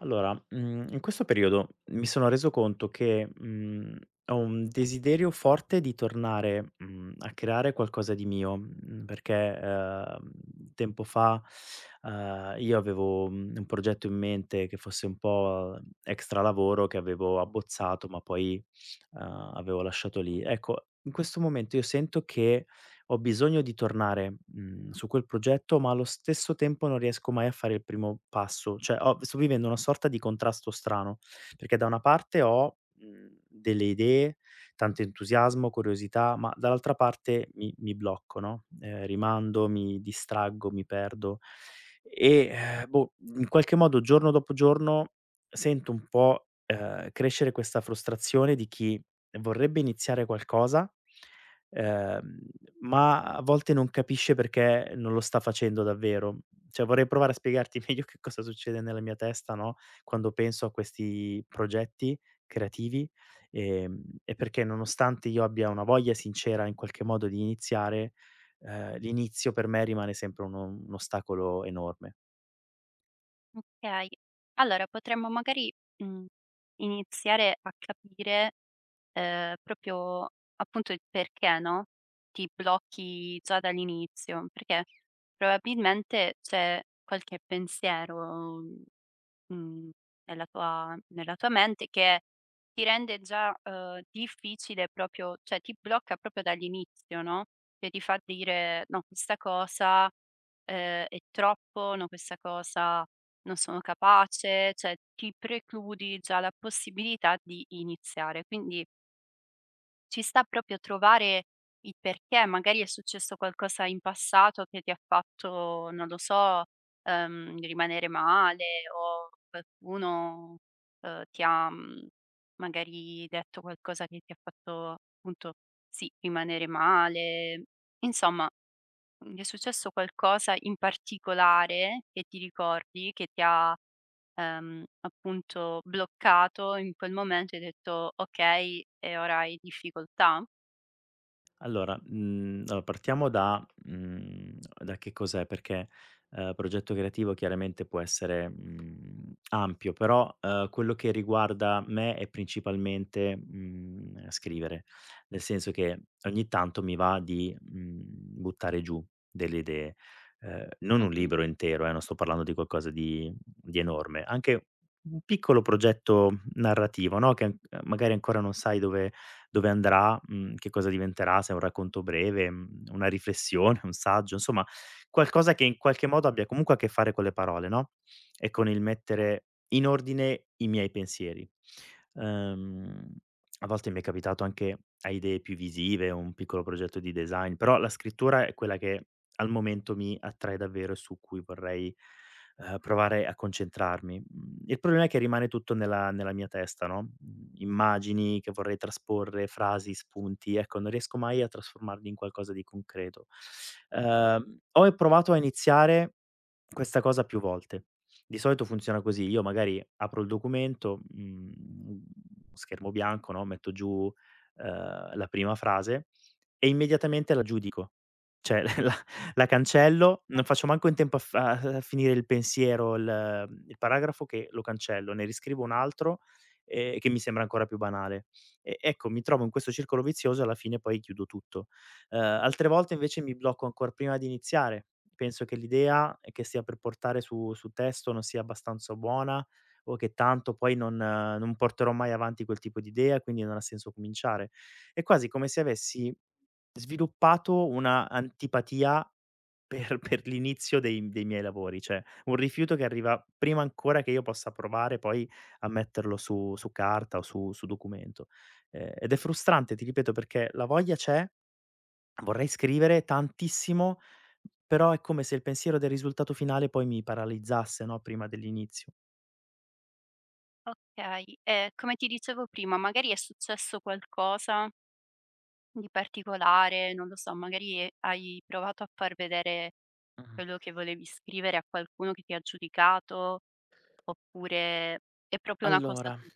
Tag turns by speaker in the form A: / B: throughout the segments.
A: Allora, in questo periodo mi sono reso conto che, ho un desiderio forte di tornare, a creare qualcosa di mio, perché, ehm, tempo fa, io avevo, un progetto in mente che fosse un po' extra lavoro che avevo abbozzato, ma poi, avevo lasciato lì. Ecco, in questo momento io sento che ho bisogno di tornare, su quel progetto, ma allo stesso tempo non riesco mai a fare il primo passo. Cioè ho sto vivendo una sorta di contrasto strano, perché da una parte ho, delle idee, tanto entusiasmo, curiosità, ma dall'altra parte mi blocco, no, rimando, mi distraggo, mi perdo e, boh, in qualche modo giorno dopo giorno sento un po', crescere questa frustrazione di chi vorrebbe iniziare qualcosa ehm, ma a volte non capisce perché non lo sta facendo davvero. Cioè vorrei provare a spiegarti meglio che cosa succede nella mia testa, no, quando penso a questi progetti creativi, e perché nonostante io abbia una voglia sincera in qualche modo di iniziare, l'inizio per me rimane sempre uno un ostacolo enorme.
B: Okay. Allora potremmo magari, mhmm, iniziare a capire, proprio appunto il perché, no, ti blocchi già dall'inizio, perché probabilmente c'è qualche pensiero, mhmm Mhmm, nella tua mente che ti rende già, difficile proprio cioè ti blocca proprio dall'inizio, no, che ti fa dire: "No, questa cosa, è troppo, no, questa cosa non sono capace", cioè ti precludi già la possibilità di iniziare. Quindi ci sta proprio trovare il perché, magari è successo qualcosa in passato che ti ha fatto, non lo so, rimanere male o qualcuno, ti ha, magari detto qualcosa che ti ha fatto appunto, sì, rimanere male. Insomma, mhmm, gli è successo qualcosa in particolare che ti ricordi, che ti ha, appunto bloccato in quel momento e hai detto: "Okay, e ora hai difficoltà?"
A: Allora, partiamo da da che cos'è, perché, progetto creativo chiaramente può essere, ampio, però, quello che riguarda me è principalmente, scrivere. Nel senso che ogni tanto mi va di, buttare giù delle idee, non un
B: Mh-mh.
A: libro intero, non sto parlando di qualcosa di enorme, anche un piccolo progetto narrativo, no, che an magari ancora non sai dove andrà, che cosa diventerà, se è un racconto breve, una riflessione, un saggio, insomma qualcosa che in qualche modo abbia comunque a che fare con le parole, no, e con il mettere in ordine i miei pensieri. Ehm, a volte mi è capitato anche a idee più visive, un piccolo progetto di design, però la scrittura è quella che al momento mi attrae davvero e su cui vorrei provare a concentrarmi. Mhmm, il problema è che rimane tutto nella mia testa, no, immagini che vorrei trasporre, frasi, spunti, ecco, non riesco mai a trasformarli in qualcosa di concreto. Ho provato a iniziare questa cosa più volte. Di solito funziona così: io magari apro il documento, schermo bianco, no, metto giù, la prima frase e immediatamente la giudico. Cioè la cancello, non faccio manco in tempo a f a a finire il pensiero, il paragrafo che lo cancello, ne riscrivo un altro, che mi sembra ancora più banale. E ecco, mi trovo in questo circolo vizioso e alla fine poi chiudo tutto. Altre volte invece mi blocco ancor prima di iniziare. Penso che l'idea che stia per portare su testo non sia abbastanza buona o che tanto poi non porterò mai avanti quel tipo di idea, quindi non ha senso cominciare. È quasi come se avessi sviluppato una antipatia per per l'inizio dei miei lavori, cioè un rifiuto che arriva prima ancora che io possa provare poi a metterlo su carta o su documento. Ed è frustrante, ti ripeto, perché la voglia c'è, vorrei scrivere tantissimo, però è come se il pensiero del risultato finale poi mi paralizzasse, no, prima dell'inizio.
B: Okay, e come ti dicevo prima, magari è successo qualcosa di particolare, non lo so, magari, hai provato a far vedere
A: Mh.
B: quello che volevi scrivere a qualcuno che ti ha giudicato, oppure è proprio una cosa
A: Allora.
B: tu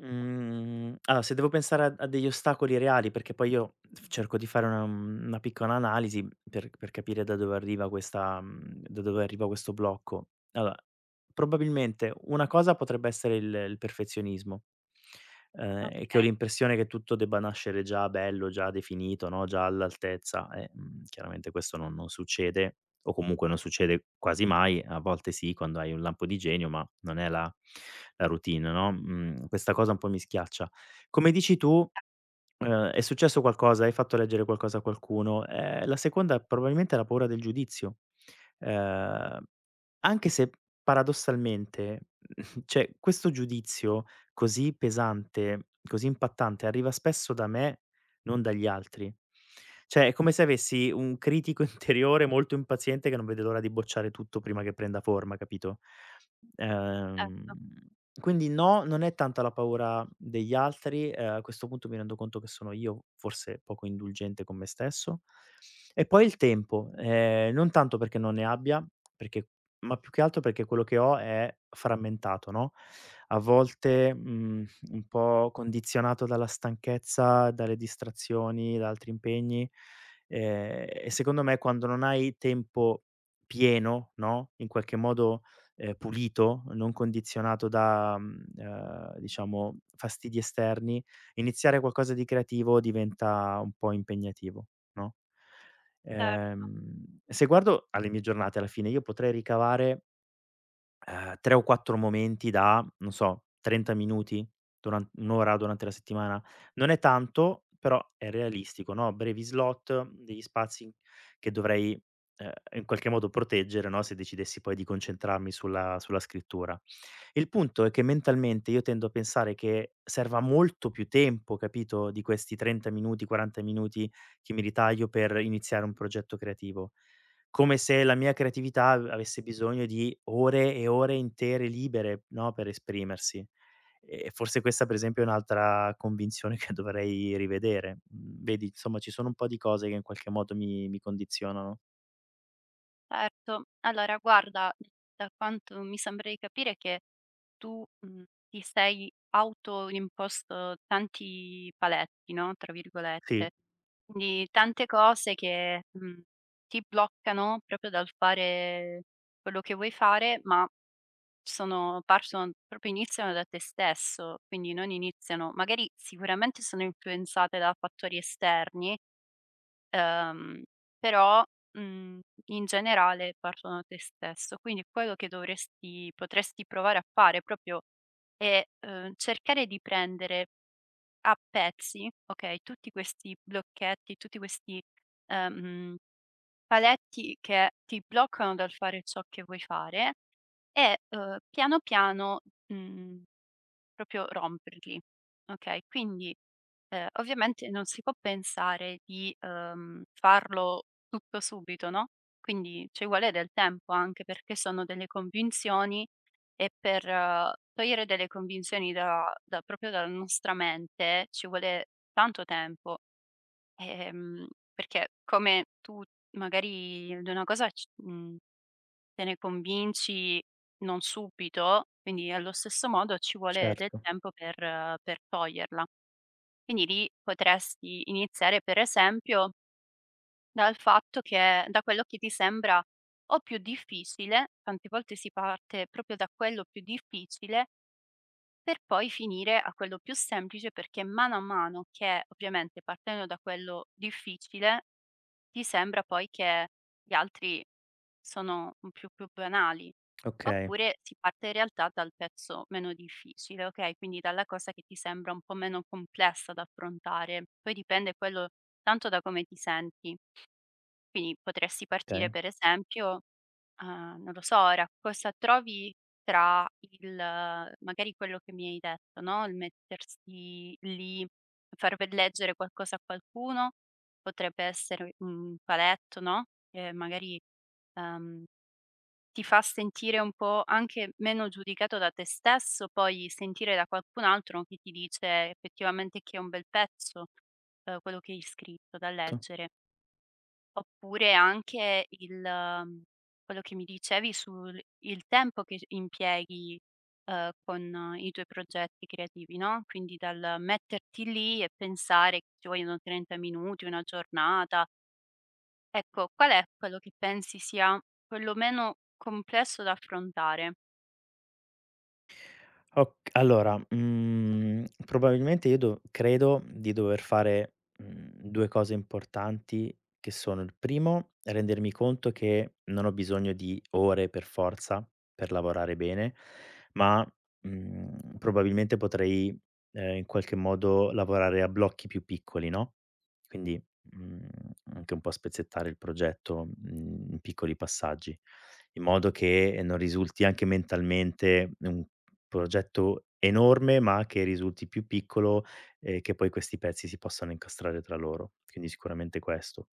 A: Se devo pensare a degli ostacoli reali, perché poi io f cerco di fare una una piccola analisi per capire da dove arriva questa da dove arriva questo blocco. Allora, probabilmente una cosa potrebbe essere il perfezionismo, e che ho
B: okay,
A: l'impressione che tutto debba nascere già bello, già definito, no, già all'altezza e, chiaramente questo non succede o comunque non succede quasi mai, a volte sì quando hai un lampo di genio, ma non è la routine, no, questa cosa un po' mi schiaccia. Come dici tu. È successo qualcosa, hai fatto leggere qualcosa a qualcuno. La seconda probabilmente è la paura del giudizio. Ehm, anche se paradossalmente, cioè questo giudizio così pesante, così impattante, arriva spesso da me, non dagli altri. Cioè è come se avessi un critico interiore molto impaziente che non vede l'ora di bocciare tutto prima che prenda forma, capito?
B: ecco,
A: Ehm quindi no, non è tanta la paura degli altri, a questo punto mi rendo conto che sono io forse poco indulgente con me stesso. E poi il tempo, non tanto perché non ne abbia, perché ma più che altro perché quello che ho è frammentato, no, a volte, un po' condizionato dalla stanchezza, dalle distrazioni, da altri impegni, e secondo me quando non hai tempo pieno, no, in qualche modo pulito, non condizionato da, diciamo fastidi esterni, iniziare qualcosa di creativo diventa un po' impegnativo, no,
B: cer
A: se guardo alle mie giornate alla fine io potrei ricavare 3 o 4 momenti da, non so, 30 minuti, duran 1 ora durante la settimana. Non è tanto, però è realistico, no, brevi slot, degli spazi che dovrei, in qualche modo proteggere, no, se decidessi poi di concentrarmi sulla scrittura. Il punto è che mentalmente io tendo a pensare che serva molto più tempo, capito, di questi 30 minuti, 40 minuti che mi ritaglio per iniziare un progetto creativo. Come se la mia creatività av avesse bisogno di ore e ore intere libere, no, per esprimersi. E forse questa per esempio è un'altra convinzione che dovrei rivedere. Mhmm, vedi insomma ci sono un po' di cose che in qualche modo mi condizionano.
B: certo. Allora guarda, da quanto mi sembra di capire che tu, ti sei autoimposto tanti paletti, no, tra
A: Sì,
B: virgolette, quindi tante cose che, ti bloccano proprio dal fare quello che vuoi fare, ma sono partono proprio iniziano da te stesso, quindi non iniziano magari sicuramente sono influenzate da fattori esterni. Ehm, Però, mhmm, in generale partono da te stesso. Quindi quello che dovresti potresti provare a fare proprio è, cercare di prendere a pezzi, okay, tutti questi blocchetti, tutti questi, ehm, paletti che ti bloccano dal fare ciò che vuoi fare e, piano piano, mhmm, proprio romperli, okay? Quindi, ovviamente non si può pensare di, farlo tutto subito, no, quindi ci vuole del tempo anche perché sono delle convinzioni e per togliere delle convinzioni da proprio dalla nostra mente ci vuole tanto tempo, ehm, perché come tu magari ad una cosa te ne convinci non subito, quindi allo stesso modo ci vuole del
A: certo.
B: tempo per toglierla. Quindi lì potresti iniziare, per esempio, dal fatto che da quello che ti sembra o più difficile, tante volte si parte proprio da quello più difficile, per poi finire a quello più semplice, perché mano a mano che ovviamente partendo da quello difficile ti sembra poi che gli altri sono un più banali.
A: Okay,
B: Oppure si parte in realtà dal pezzo meno difficile, okay, quindi dalla cosa che ti sembra un po' meno complessa da affrontare. Poi dipende quello tanto da come ti senti. Quindi potresti partire
A: okay.
B: per esempio ah, non lo so, ora cosa trovi tra il magari quello che mi hai detto, no, il mettersi lì, far per leggere qualcosa a qualcuno, potrebbe essere un paletto, no, che magari, ehm, ti fa sentire un po' anche meno giudicato da te stesso, poi sentire da qualcun altro che ti dice effettivamente che è un bel pezzo, quello che hai scritto da leggere. Oppure anche quello che mi dicevi sul il tempo che s impieghi, con i tuoi progetti creativi, no, quindi dal metterti lì e pensare che ci vogliono 30 minuti, 1 giornata. Ecco, qual è quello che pensi sia quello meno complesso da affrontare?
A: Oc allora, probabilmente io do credo di dover fare, 2 cose importanti che sono: il primo, rendermi conto che non ho bisogno di ore per forza per lavorare bene, ma, probabilmente potrei, in qualche modo lavorare a blocchi più piccoli, no, quindi, mhmm, anche un po' spezzettare il progetto, in piccoli passaggi, in modo che non risulti anche mentalmente un progetto enorme, ma che risulti più piccolo e che poi questi pezzi si possano incastrare tra loro, quindi sicuramente questo.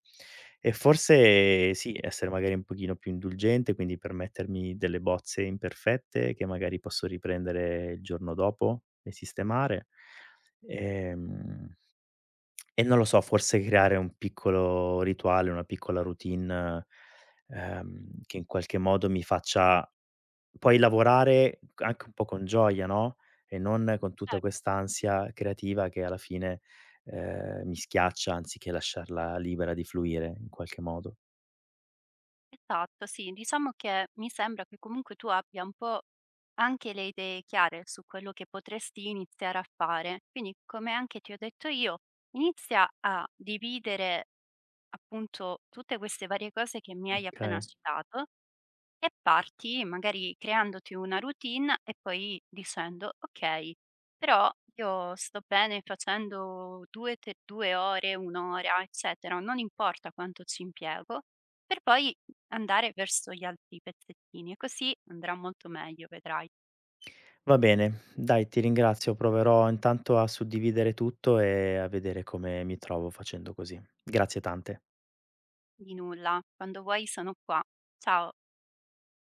A: E forse sì, essere magari un pochino più indulgente, quindi permettermi delle bozze imperfette che magari posso riprendere il giorno dopo e sistemare. Ehm, e non lo so, forse creare un piccolo rituale, una piccola routine, che in qualche modo mi faccia puoi lavorare anche un po' con gioia, no, e non con
B: Eh.
A: tutta quest'ansia creativa che alla fine, mi schiaccia anziché lasciarla libera di fluire in qualche modo.
B: Esatto, sì. Diciamo che mi sembra che comunque tu abbia un po' anche le idee chiare su quello che potresti iniziare a fare. Quindi, come anche ti ho detto io, inizia a dividere appunto tutte queste varie cose che mi hai appena
A: Okay,
B: citato e parti magari creandoti una routine e poi dicendo: "Okay, però io sto bene facendo 2 ore, 1 ora, eccetera, non importa quanto ci impiego", per poi andare verso gli altri pezzettini e così andrà molto meglio, vedrai.
A: va bene. Dai, ti ringrazio. Proverò intanto a suddividere tutto e a vedere come mi trovo facendo così. Grazie tante.
B: Di nulla, quando vuoi sono qua. Ciao.